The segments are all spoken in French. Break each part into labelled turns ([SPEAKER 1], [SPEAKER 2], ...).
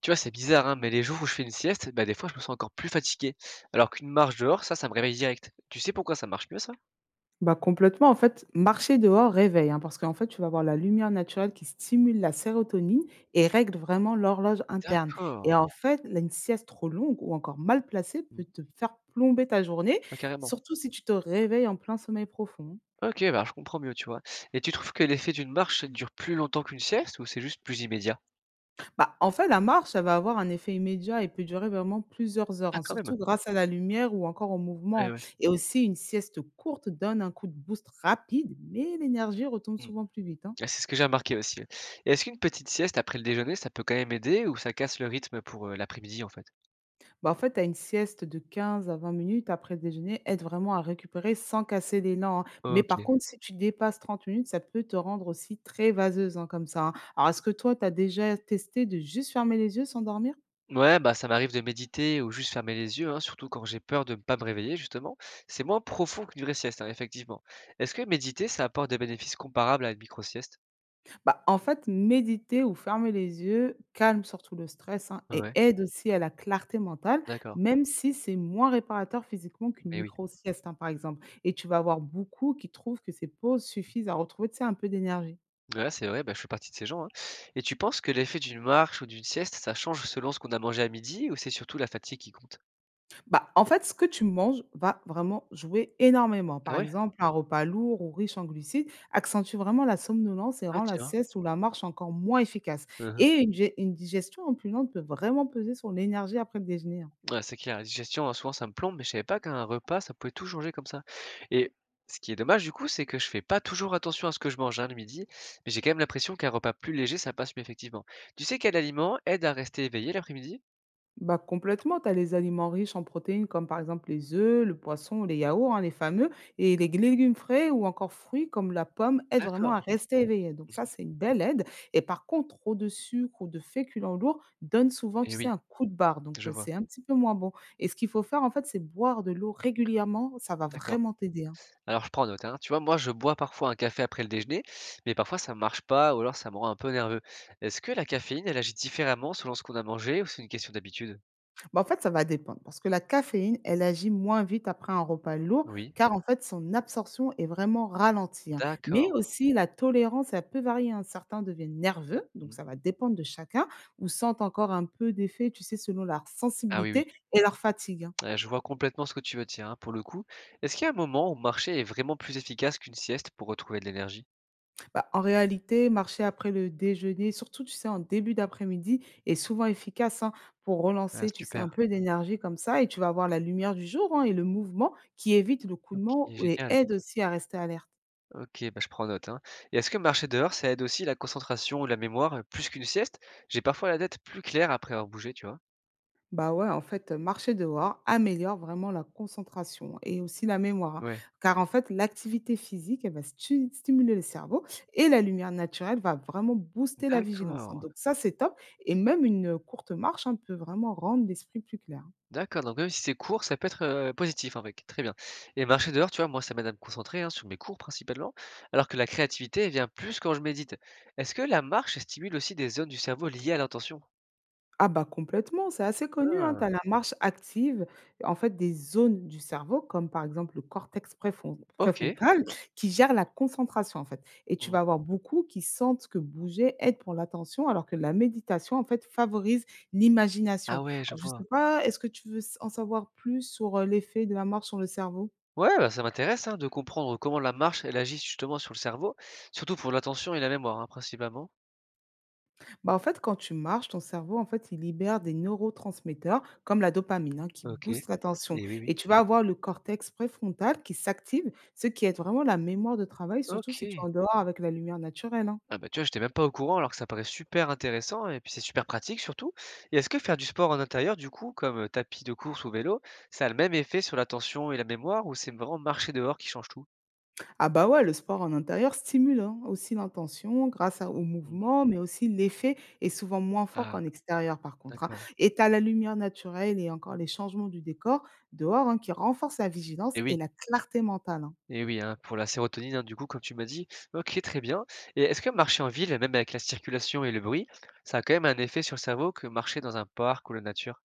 [SPEAKER 1] Tu vois, c'est bizarre, hein, mais les jours où je fais une sieste, bah, des fois, je me sens encore plus fatigué. Alors qu'une marche dehors, ça me réveille direct. Tu sais pourquoi ça marche mieux, ça?
[SPEAKER 2] Bah, complètement, en fait, marcher dehors réveille, hein, parce qu'en fait, tu vas avoir la lumière naturelle qui stimule la sérotonine et règle vraiment l'horloge interne.
[SPEAKER 1] D'accord.
[SPEAKER 2] Et en fait, là, une sieste trop longue ou encore mal placée
[SPEAKER 1] Mhm.
[SPEAKER 2] peut te faire plomber ta journée,
[SPEAKER 1] Ah, carrément.
[SPEAKER 2] surtout si tu te réveilles en plein sommeil profond.
[SPEAKER 1] Ok, bah, je comprends mieux, tu vois. Et tu trouves que l'effet d'une marche, ça dure plus longtemps qu'une sieste ou c'est juste plus immédiat?
[SPEAKER 2] Bah, en fait, la marche, elle va avoir un effet immédiat et peut durer vraiment plusieurs heures,
[SPEAKER 1] Ah,
[SPEAKER 2] hein,
[SPEAKER 1] quand même.
[SPEAKER 2] surtout grâce à la lumière ou encore au
[SPEAKER 1] Ouais,
[SPEAKER 2] mouvement.
[SPEAKER 1] ouais.
[SPEAKER 2] Et aussi, une sieste courte donne un coup de boost rapide, mais l'énergie retombe
[SPEAKER 1] Mhm.
[SPEAKER 2] souvent plus vite, hein.
[SPEAKER 1] Ah, c'est ce que j'ai remarqué aussi, ouais. Et est-ce qu'une petite sieste après le déjeuner, ça peut quand même aider ou ça casse le rythme pour l'après-midi, en fait?
[SPEAKER 2] Bah, en fait, tu as une sieste de 15 à 20 minutes après le déjeuner, aide vraiment à récupérer sans casser l'élan, hein. Mais
[SPEAKER 1] Ok.
[SPEAKER 2] par contre, si tu dépasses 30 minutes, ça peut te rendre aussi très vaseuse, hein, comme ça, hein. Alors, est-ce que toi, tu as déjà testé de juste fermer les yeux sans dormir?
[SPEAKER 1] Ouais, bah, ça m'arrive de méditer ou juste fermer les yeux, hein, surtout quand j'ai peur de ne pas me réveiller, justement. C'est moins profond qu'une vraie sieste, hein, effectivement. Est-ce que méditer, ça apporte des bénéfices comparables à une micro-sieste?
[SPEAKER 2] Bah, en fait, méditer ou fermer les yeux calme surtout le stress, hein, et
[SPEAKER 1] Ouais,
[SPEAKER 2] aide aussi à la clarté mentale,
[SPEAKER 1] d'accord.
[SPEAKER 2] même si c'est moins réparateur physiquement qu'une
[SPEAKER 1] Mais oui.
[SPEAKER 2] micro-sieste, hein, par exemple. Et tu vas avoir beaucoup qui trouvent que ces pauses suffisent à retrouver, tu sais, un peu d'énergie.
[SPEAKER 1] Ouais, c'est vrai, bah, je fais partie de ces gens, hein. Et tu penses que l'effet d'une marche ou d'une sieste, ça change selon ce qu'on a mangé à midi ou c'est surtout la fatigue qui compte?
[SPEAKER 2] Bah, en fait, ce que tu manges va vraiment jouer énormément.
[SPEAKER 1] Ah
[SPEAKER 2] Par
[SPEAKER 1] ouais?
[SPEAKER 2] exemple, un repas lourd ou riche en glucides accentue vraiment la somnolence et
[SPEAKER 1] Ah,
[SPEAKER 2] rend la
[SPEAKER 1] tiens.
[SPEAKER 2] sieste ou la marche encore moins efficace. Et une, une digestion en plus lente peut vraiment peser sur l'énergie après le déjeuner, hein.
[SPEAKER 1] Ouais, c'est clair. La digestion, souvent ça me plombe, mais je savais pas qu'un repas, ça pouvait tout changer comme ça et ce qui est dommage du coup, c'est que je fais pas toujours attention à ce que je mange, hein, le midi, mais j'ai quand même l'impression qu'un repas plus léger, ça passe mieux effectivement. Tu sais quel aliment aide à rester éveillé l'après-midi?
[SPEAKER 2] Bah complètement, tu as les aliments riches en protéines comme par exemple les œufs, le poisson, les yaourts, hein, les fameux, et les légumes frais ou encore fruits comme la pomme aident vraiment
[SPEAKER 1] D'accord,
[SPEAKER 2] à rester éveillé. Donc ça, c'est une belle aide. Et par contre, trop de sucre ou de féculents lourds donne souvent, tu
[SPEAKER 1] et
[SPEAKER 2] sais,
[SPEAKER 1] oui,
[SPEAKER 2] un coup de barre. Donc
[SPEAKER 1] je vois.
[SPEAKER 2] c'est un petit peu moins bon. Et ce qu'il faut faire, en fait, c'est boire de l'eau régulièrement. Ça va
[SPEAKER 1] D'accord.
[SPEAKER 2] vraiment t'aider, hein.
[SPEAKER 1] Alors je prends note, hein. Tu vois, moi je bois parfois un café après le déjeuner, mais parfois ça marche pas ou alors ça me rend un peu nerveux. Est-ce que la caféine, elle agit différemment selon ce qu'on a mangé ou c'est une question d'habitude?
[SPEAKER 2] Bah, en fait, ça va dépendre parce que la caféine, elle agit moins vite après un repas lourd
[SPEAKER 1] Oui.
[SPEAKER 2] car en fait, son absorption est vraiment ralentie, hein. Mais
[SPEAKER 1] D'accord.
[SPEAKER 2] aussi la tolérance, elle peut varier, hein. Certains deviennent nerveux, donc
[SPEAKER 1] Mmh.
[SPEAKER 2] ça va dépendre de chacun, ou sentent encore un peu d'effet, tu sais, selon leur
[SPEAKER 1] Ah oui, oui.
[SPEAKER 2] sensibilité et leur fatigue, hein.
[SPEAKER 1] Ouais, je vois complètement ce que tu veux dire, hein, pour le coup. Est-ce qu'il y a un moment où marcher est vraiment plus efficace qu'une sieste pour retrouver de l'énergie?
[SPEAKER 2] Bah, en réalité, marcher après le déjeuner, surtout, tu sais, en début d'après-midi, est souvent efficace, hein, pour
[SPEAKER 1] Ah,
[SPEAKER 2] relancer, tu sais,
[SPEAKER 1] super.
[SPEAKER 2] un peu d'énergie comme ça et tu vas avoir la lumière du jour, hein, et le mouvement qui évite le coup
[SPEAKER 1] OK,
[SPEAKER 2] de mou et
[SPEAKER 1] génial.
[SPEAKER 2] aide aussi à rester alerte.
[SPEAKER 1] OK, bah, je prends note, hein. Et est-ce que marcher dehors, ça aide aussi la concentration ou la mémoire, plus qu'une sieste? J'ai parfois la tête plus claire après avoir bougé, tu vois?
[SPEAKER 2] Bah ouais, en fait, marcher dehors améliore vraiment la concentration et aussi la mémoire, hein,
[SPEAKER 1] Ouais.
[SPEAKER 2] car en fait, l'activité physique, elle va stu stimuler le cerveau et la lumière naturelle va vraiment booster la vigilance, hein,
[SPEAKER 1] D'accord.
[SPEAKER 2] donc ça, c'est top et même une, courte marche, hein, peut vraiment rendre l'esprit plus clair.
[SPEAKER 1] D'accord, donc même si c'est court, ça peut être, positif avec. Très bien. Et marcher dehors, tu vois, moi, ça m'aide à me concentrer, hein, sur mes cours principalement, alors que la créativité elle vient plus quand je médite. Est-ce que la marche stimule aussi des zones du cerveau liées à l'intention?
[SPEAKER 2] Ah bah complètement, c'est assez connu, hein. Tu
[SPEAKER 1] Ah!
[SPEAKER 2] as la marche active, en fait, des zones du cerveau, comme par exemple le cortex
[SPEAKER 1] OK.
[SPEAKER 2] préfrontal, qui gère la concentration, en fait. Et tu
[SPEAKER 1] Mmh.
[SPEAKER 2] vas avoir beaucoup qui sentent que bouger aide pour l'attention, alors que la méditation, en fait, favorise
[SPEAKER 1] Ah
[SPEAKER 2] l'imagination.
[SPEAKER 1] ouais, je
[SPEAKER 2] Alors, je ne
[SPEAKER 1] vois.
[SPEAKER 2] sais pas, est-ce que tu veux en savoir plus sur l'effet de la marche sur le cerveau?
[SPEAKER 1] Ouais, bah, ça m'intéresse, hein, de comprendre comment la marche, elle agit justement sur le cerveau, surtout pour l'attention et la mémoire, hein, principalement.
[SPEAKER 2] Bah, en fait, quand tu marches, ton cerveau, en fait, il libère des neurotransmetteurs comme la dopamine, hein, qui
[SPEAKER 1] OK. Et
[SPEAKER 2] booste l'attention.
[SPEAKER 1] oui,
[SPEAKER 2] Et
[SPEAKER 1] oui.
[SPEAKER 2] tu vas avoir le cortex préfrontal qui s'active, ce qui aide vraiment la mémoire de travail, surtout si tu es
[SPEAKER 1] OK.
[SPEAKER 2] en dehors avec la lumière naturelle, hein.
[SPEAKER 1] Ah bah, tu vois, j'étais même pas au courant alors que ça paraît super intéressant et puis c'est super pratique surtout. Et est-ce que faire du sport en intérieur du coup, comme, tapis de course ou vélo, ça a le même effet sur l'attention et la mémoire ou c'est vraiment marcher dehors qui change tout?
[SPEAKER 2] Ah bah ouais, le sport en intérieur stimule, hein, aussi l'intention au
[SPEAKER 1] Mmh.
[SPEAKER 2] mouvement, mais aussi l'effet est souvent moins fort
[SPEAKER 1] Ah,
[SPEAKER 2] qu'en extérieur par contre, hein.
[SPEAKER 1] d'accord.
[SPEAKER 2] Et tu as la lumière naturelle et encore les changements du décor dehors, hein, qui renforcent la
[SPEAKER 1] Et
[SPEAKER 2] vigilance
[SPEAKER 1] oui.
[SPEAKER 2] et la clarté mentale, hein.
[SPEAKER 1] Et oui, hein, pour la sérotonine, hein, du coup, comme tu m'as dit. OK, très bien. Et est-ce que marcher en ville, même avec la circulation et le bruit, ça a quand même un effet sur le cerveau que marcher dans un parc ou la nature?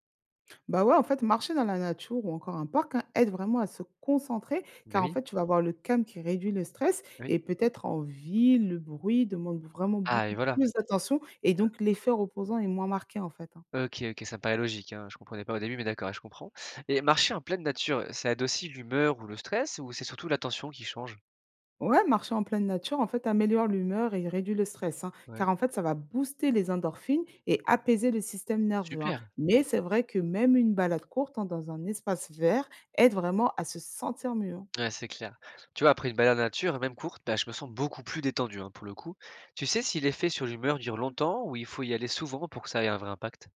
[SPEAKER 2] Bah, ouais, en fait, marcher dans la nature ou encore un parc, hein, aide vraiment à se concentrer
[SPEAKER 1] Bah
[SPEAKER 2] car en
[SPEAKER 1] oui,
[SPEAKER 2] fait, tu vas avoir le calme qui réduit le stress
[SPEAKER 1] bah oui.
[SPEAKER 2] et peut-être en ville, le bruit demande vraiment
[SPEAKER 1] Ah et
[SPEAKER 2] beaucoup
[SPEAKER 1] voilà.
[SPEAKER 2] plus d'attention et donc l'effet reposant est moins marqué en fait, hein.
[SPEAKER 1] OK, OK, ça me paraît logique, hein. Je comprenais pas au début, mais d'accord, ouais, je comprends. Et marcher en pleine nature, ça aide aussi l'humeur ou le stress ou c'est surtout l'attention qui change?
[SPEAKER 2] Ouais, marcher en pleine nature, en fait, améliore l'humeur et réduit le stress, hein,
[SPEAKER 1] Ouais.
[SPEAKER 2] car en fait, ça va booster les endorphines et apaiser le système nerveux, hein.
[SPEAKER 1] Super.
[SPEAKER 2] Mais c'est vrai que même une balade courte, hein, dans un espace vert aide vraiment à se sentir mieux, hein.
[SPEAKER 1] Ouais, c'est clair. Tu vois, après une balade nature, même courte, bah, je me sens beaucoup plus détendu, hein, pour le coup. Tu sais si l'effet sur l'humeur dure longtemps ou il faut y aller souvent pour que ça ait un vrai impact?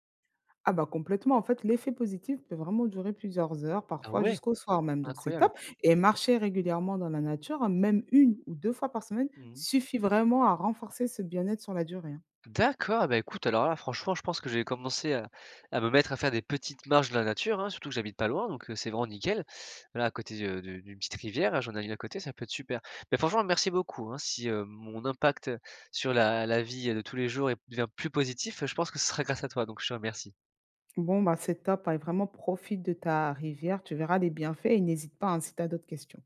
[SPEAKER 2] Ah bah complètement, en fait, l'effet positif peut vraiment durer plusieurs heures,
[SPEAKER 1] Ah
[SPEAKER 2] parfois
[SPEAKER 1] ouais?
[SPEAKER 2] jusqu'au soir même, donc c'est
[SPEAKER 1] Incroyable.
[SPEAKER 2] top et marcher régulièrement dans la nature, hein, même une ou 2 fois par semaine,
[SPEAKER 1] Mmh.
[SPEAKER 2] suffit vraiment à renforcer ce bien-être sur la durée, hein.
[SPEAKER 1] D'accord, bah, écoute, alors là, franchement, je pense que je vais commencer à me mettre à faire des petites marches de la nature, hein, surtout que j'habite pas loin, donc c'est vraiment nickel. Là, à côté, de d'une petite rivière, là, j'en ai une à côté, ça peut être super. Mais franchement, merci beaucoup, hein. Si, mon impact, sur la vie de tous les jours est devient plus positif, je pense que ce sera grâce à toi, donc je te remercie.
[SPEAKER 2] Bon, bah, c'est top, hein, et vraiment profite de ta rivière, tu verras les bienfaits et n'hésite pas, hein, si tu as d'autres questions.